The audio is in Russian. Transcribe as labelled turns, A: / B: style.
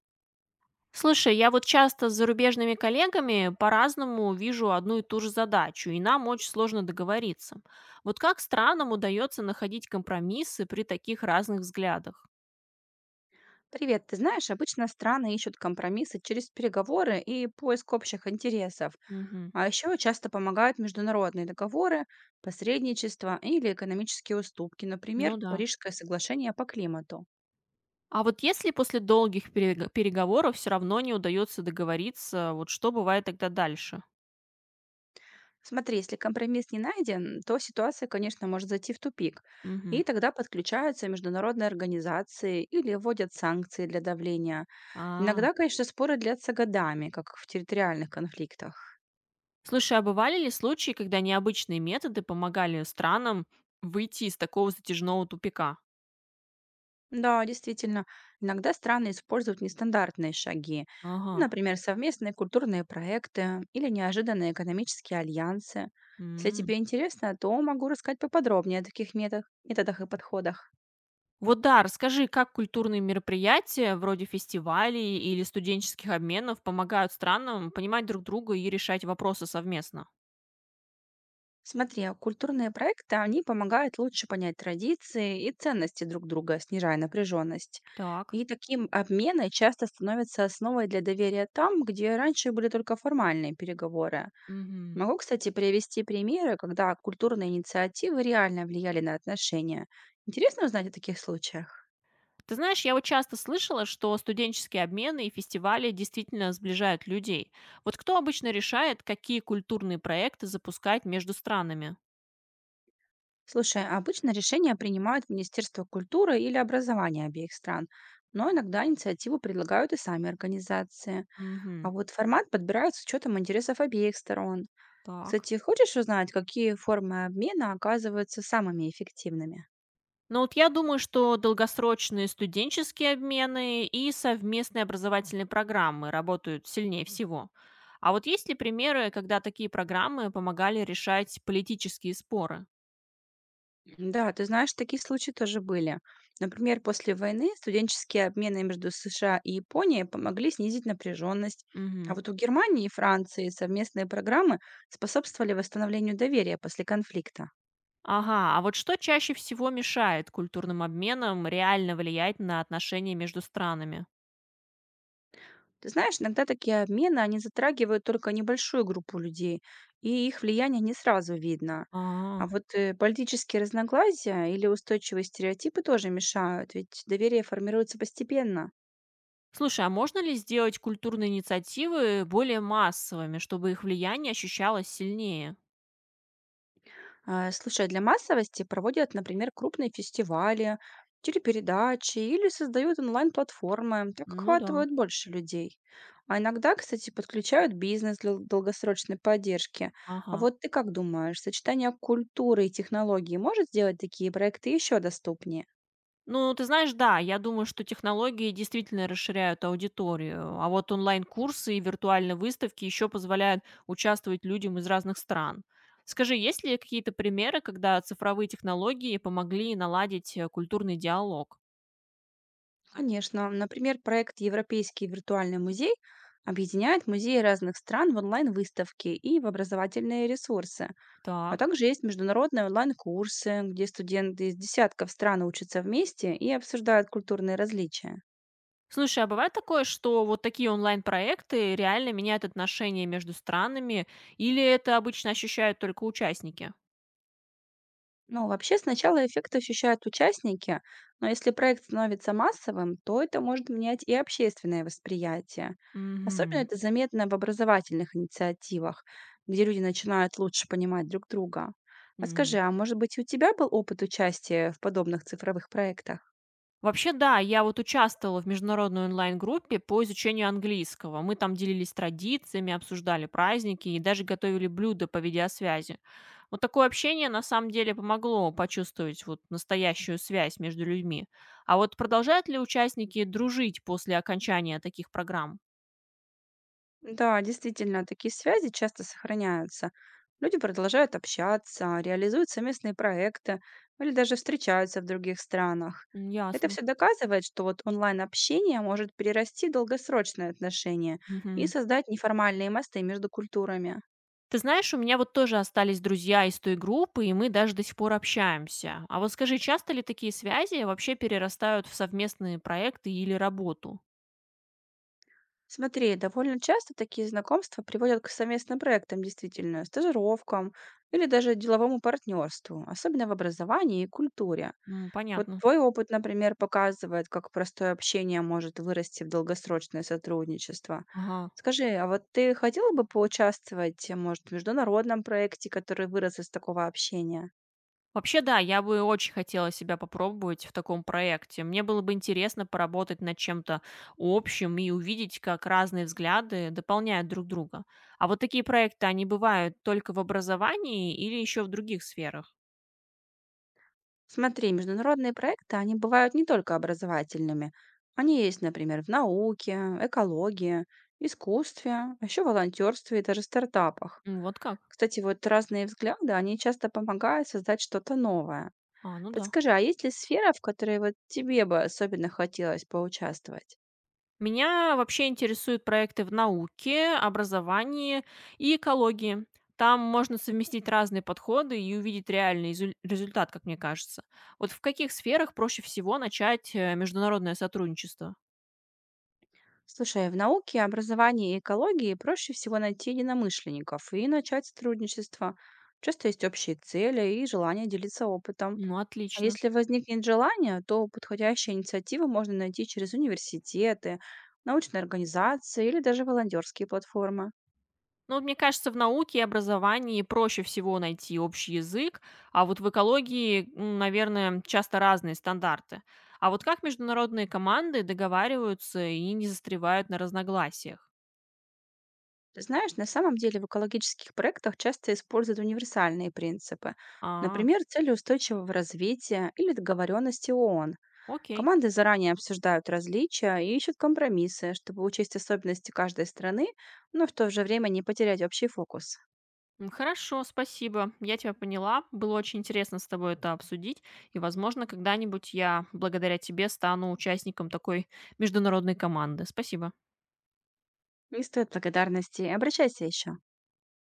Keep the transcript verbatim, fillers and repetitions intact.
A: Слушай, я вот часто с зарубежными коллегами по-разному вижу одну и ту же задачу, и нам очень сложно договориться. Вот как странам удается находить компромиссы при таких разных взглядах?
B: Привет, ты знаешь, обычно страны ищут компромиссы через переговоры и поиск общих интересов,
A: Мгм.
B: а еще часто помогают международные договоры, посредничество или экономические уступки, например,
A: Ну да.
B: Парижское соглашение по климату.
A: А вот если после долгих перег- переговоров все равно не удается договориться, вот что бывает тогда дальше?
B: Смотри, если компромисс не найден, то ситуация, конечно, может зайти в тупик, и
A: Мгм.
B: тогда подключаются международные организации или вводят санкции для давления.
A: А.
B: Иногда, конечно, споры длятся годами, как в территориальных конфликтах.
A: Слушай, а бывали ли случаи, когда необычные методы помогали странам выйти из такого затяжного тупика?
B: Да, действительно, иногда страны используют нестандартные шаги,
A: Ага.
B: ну, например, совместные культурные проекты или неожиданные экономические альянсы. Если
A: М.
B: тебе интересно, то могу рассказать поподробнее о таких методах, методах и подходах.
A: Вот да, расскажи, как культурные мероприятия вроде фестивалей или студенческих обменов помогают странам понимать друг друга и решать вопросы совместно?
B: Смотри, а культурные проекты, они помогают лучше понять традиции и ценности друг друга, снижая напряженность.
A: Так.
B: И таким обмены часто становятся основой для доверия там, где раньше были только формальные переговоры.
A: Мгм.
B: Могу, кстати, привести примеры, когда культурные инициативы реально влияли на отношения. Интересно узнать о таких случаях?
A: Ты знаешь, я вот часто слышала, что студенческие обмены и фестивали действительно сближают людей. Вот кто обычно решает, какие культурные проекты запускать между странами?
B: Слушай, а обычно решения принимают Министерство культуры или образования обеих стран, но иногда инициативу предлагают и сами организации. А
A: Мгм.
B: вот формат подбирают с учетом интересов обеих сторон.
A: Так.
B: Кстати, хочешь узнать, какие формы обмена оказываются самыми эффективными?
A: Но вот я думаю, что долгосрочные студенческие обмены и совместные образовательные программы работают сильнее всего. А вот есть ли примеры, когда такие программы помогали решать политические споры?
B: Да, ты знаешь, такие случаи тоже были. Например, после войны студенческие обмены между С Ш А и Японией помогли снизить напряженность. А
A: Мгм.
B: вот у Германии и Франции совместные программы способствовали восстановлению доверия после конфликта.
A: Ага, а вот что чаще всего мешает культурным обменам реально влиять на отношения между странами?
B: Ты знаешь, иногда такие обмены, они затрагивают только небольшую группу людей, и их влияние не сразу видно.
A: А.
B: А вот э, политические разногласия или устойчивые стереотипы тоже мешают, ведь доверие формируется постепенно.
A: Слушай, а можно ли сделать культурные инициативы более массовыми, чтобы их влияние ощущалось сильнее?
B: А, слушай, а для массовости проводят, например, крупные фестивали, телепередачи или создают онлайн-платформы, так
A: Ну да.
B: охватывают больше людей. А иногда, кстати, подключают бизнес для долгосрочной поддержки. А
A: Ага.
B: вот ты как думаешь, сочетание культуры и технологий может сделать такие проекты еще доступнее?
A: Ну, ты знаешь, да, я думаю, что технологии действительно расширяют аудиторию, а вот онлайн-курсы и виртуальные выставки еще позволяют участвовать людям из разных стран. Скажи, есть ли какие-то примеры, когда цифровые технологии помогли наладить э, культурный диалог?
B: Конечно. Например, проект «Европейский виртуальный музей» объединяет музеи разных стран в онлайн-выставки и в образовательные ресурсы. А
A: Так.
B: также есть международные онлайн-курсы, где студенты из десятков стран учатся вместе и обсуждают культурные различия.
A: Слушай, а бывает такое, что вот такие онлайн-проекты реально меняют отношения между странами, или это обычно ощущают только участники?
B: Ну, вообще, сначала эффект ощущают участники, но если проект становится массовым, то это может менять и общественное восприятие. Особенно
A: Угу.
B: это заметно в образовательных инициативах, где люди начинают лучше понимать друг друга. А скажи, а может быть, у тебя был опыт участия в подобных цифровых проектах?
A: Вообще, да, я вот участвовала в международной онлайн-группе по изучению английского. Мы там делились традициями, обсуждали праздники и даже готовили блюда по видеосвязи. Вот такое общение на самом деле помогло почувствовать вот настоящую связь между людьми. А вот продолжают ли участники дружить после окончания таких программ?
B: Да, действительно, такие связи часто сохраняются. Люди продолжают общаться, реализуют совместные проекты или даже встречаются в других странах.
A: М,
B: Это
A: ясно.
B: все доказывает, что вот онлайн-общение может перерасти в долгосрочные отношения и
A: Мгм.
B: создать неформальные мосты между культурами.
A: Ты знаешь, у меня вот тоже остались друзья из той группы, и мы даже до сих пор общаемся. А вот скажи, часто ли такие связи вообще перерастают в совместные проекты или работу?
B: Смотри, довольно часто такие знакомства приводят к совместным проектам, действительно, стажировкам или даже деловому партнерству, особенно в образовании и культуре.
A: М,
B: Вот
A: понятно.
B: твой опыт, например, показывает, как простое общение может вырасти в долгосрочное сотрудничество.
A: Ага.
B: Скажи, а вот ты хотела бы поучаствовать, э, может, в международном проекте, который вырос из такого общения?
A: Вообще, да, я бы очень хотела себя попробовать в таком проекте. Мне было бы интересно поработать над чем-то общим и увидеть, как разные взгляды дополняют друг друга. А вот такие проекты, они бывают только в образовании или еще в других сферах?
B: Смотри, международные проекты, они бывают не только образовательными. Они есть, например, в науке, экологии, искусстве, а еще волонтерстве и даже стартапах.
A: М, вот как?
B: Кстати, вот разные взгляды, они часто помогают создать что-то новое.
A: А, ну да.
B: Подскажи, а есть ли сфера, в которой вот тебе бы особенно хотелось поучаствовать?
A: Меня вообще интересуют проекты в науке, образовании и экологии. Там можно совместить разные подходы и увидеть реальный изю- результат, как мне кажется. Вот в каких сферах проще всего начать э, международное сотрудничество?
B: Слушай, в науке, образовании и экологии проще всего найти единомышленников и начать сотрудничество. Часто есть общие цели и желание делиться опытом.
A: Ну,
B: А
A: отлично.
B: если возникнет желание, то подходящие инициативы можно найти через университеты, научные организации или даже волонтерские платформы.
A: Ну, вот мне кажется, в науке и образовании проще всего найти общий язык, а вот в экологии, м, наверное, часто разные стандарты. А вот как международные команды договариваются и не застревают на разногласиях?
B: Ты знаешь, на самом деле в экологических проектах часто используют универсальные принципы.
A: А,
B: Например, цели устойчивого развития или договоренности О О Н.
A: окей.
B: Команды заранее обсуждают различия и ищут компромиссы, чтобы учесть особенности каждой страны, но в то же время не потерять общий фокус.
A: М, хорошо, спасибо. Я тебя поняла. Было очень интересно с тобой это обсудить. И, возможно, когда-нибудь я благодаря тебе стану участником такой международной команды. Спасибо.
B: Не стоит благодарности, обращайся еще.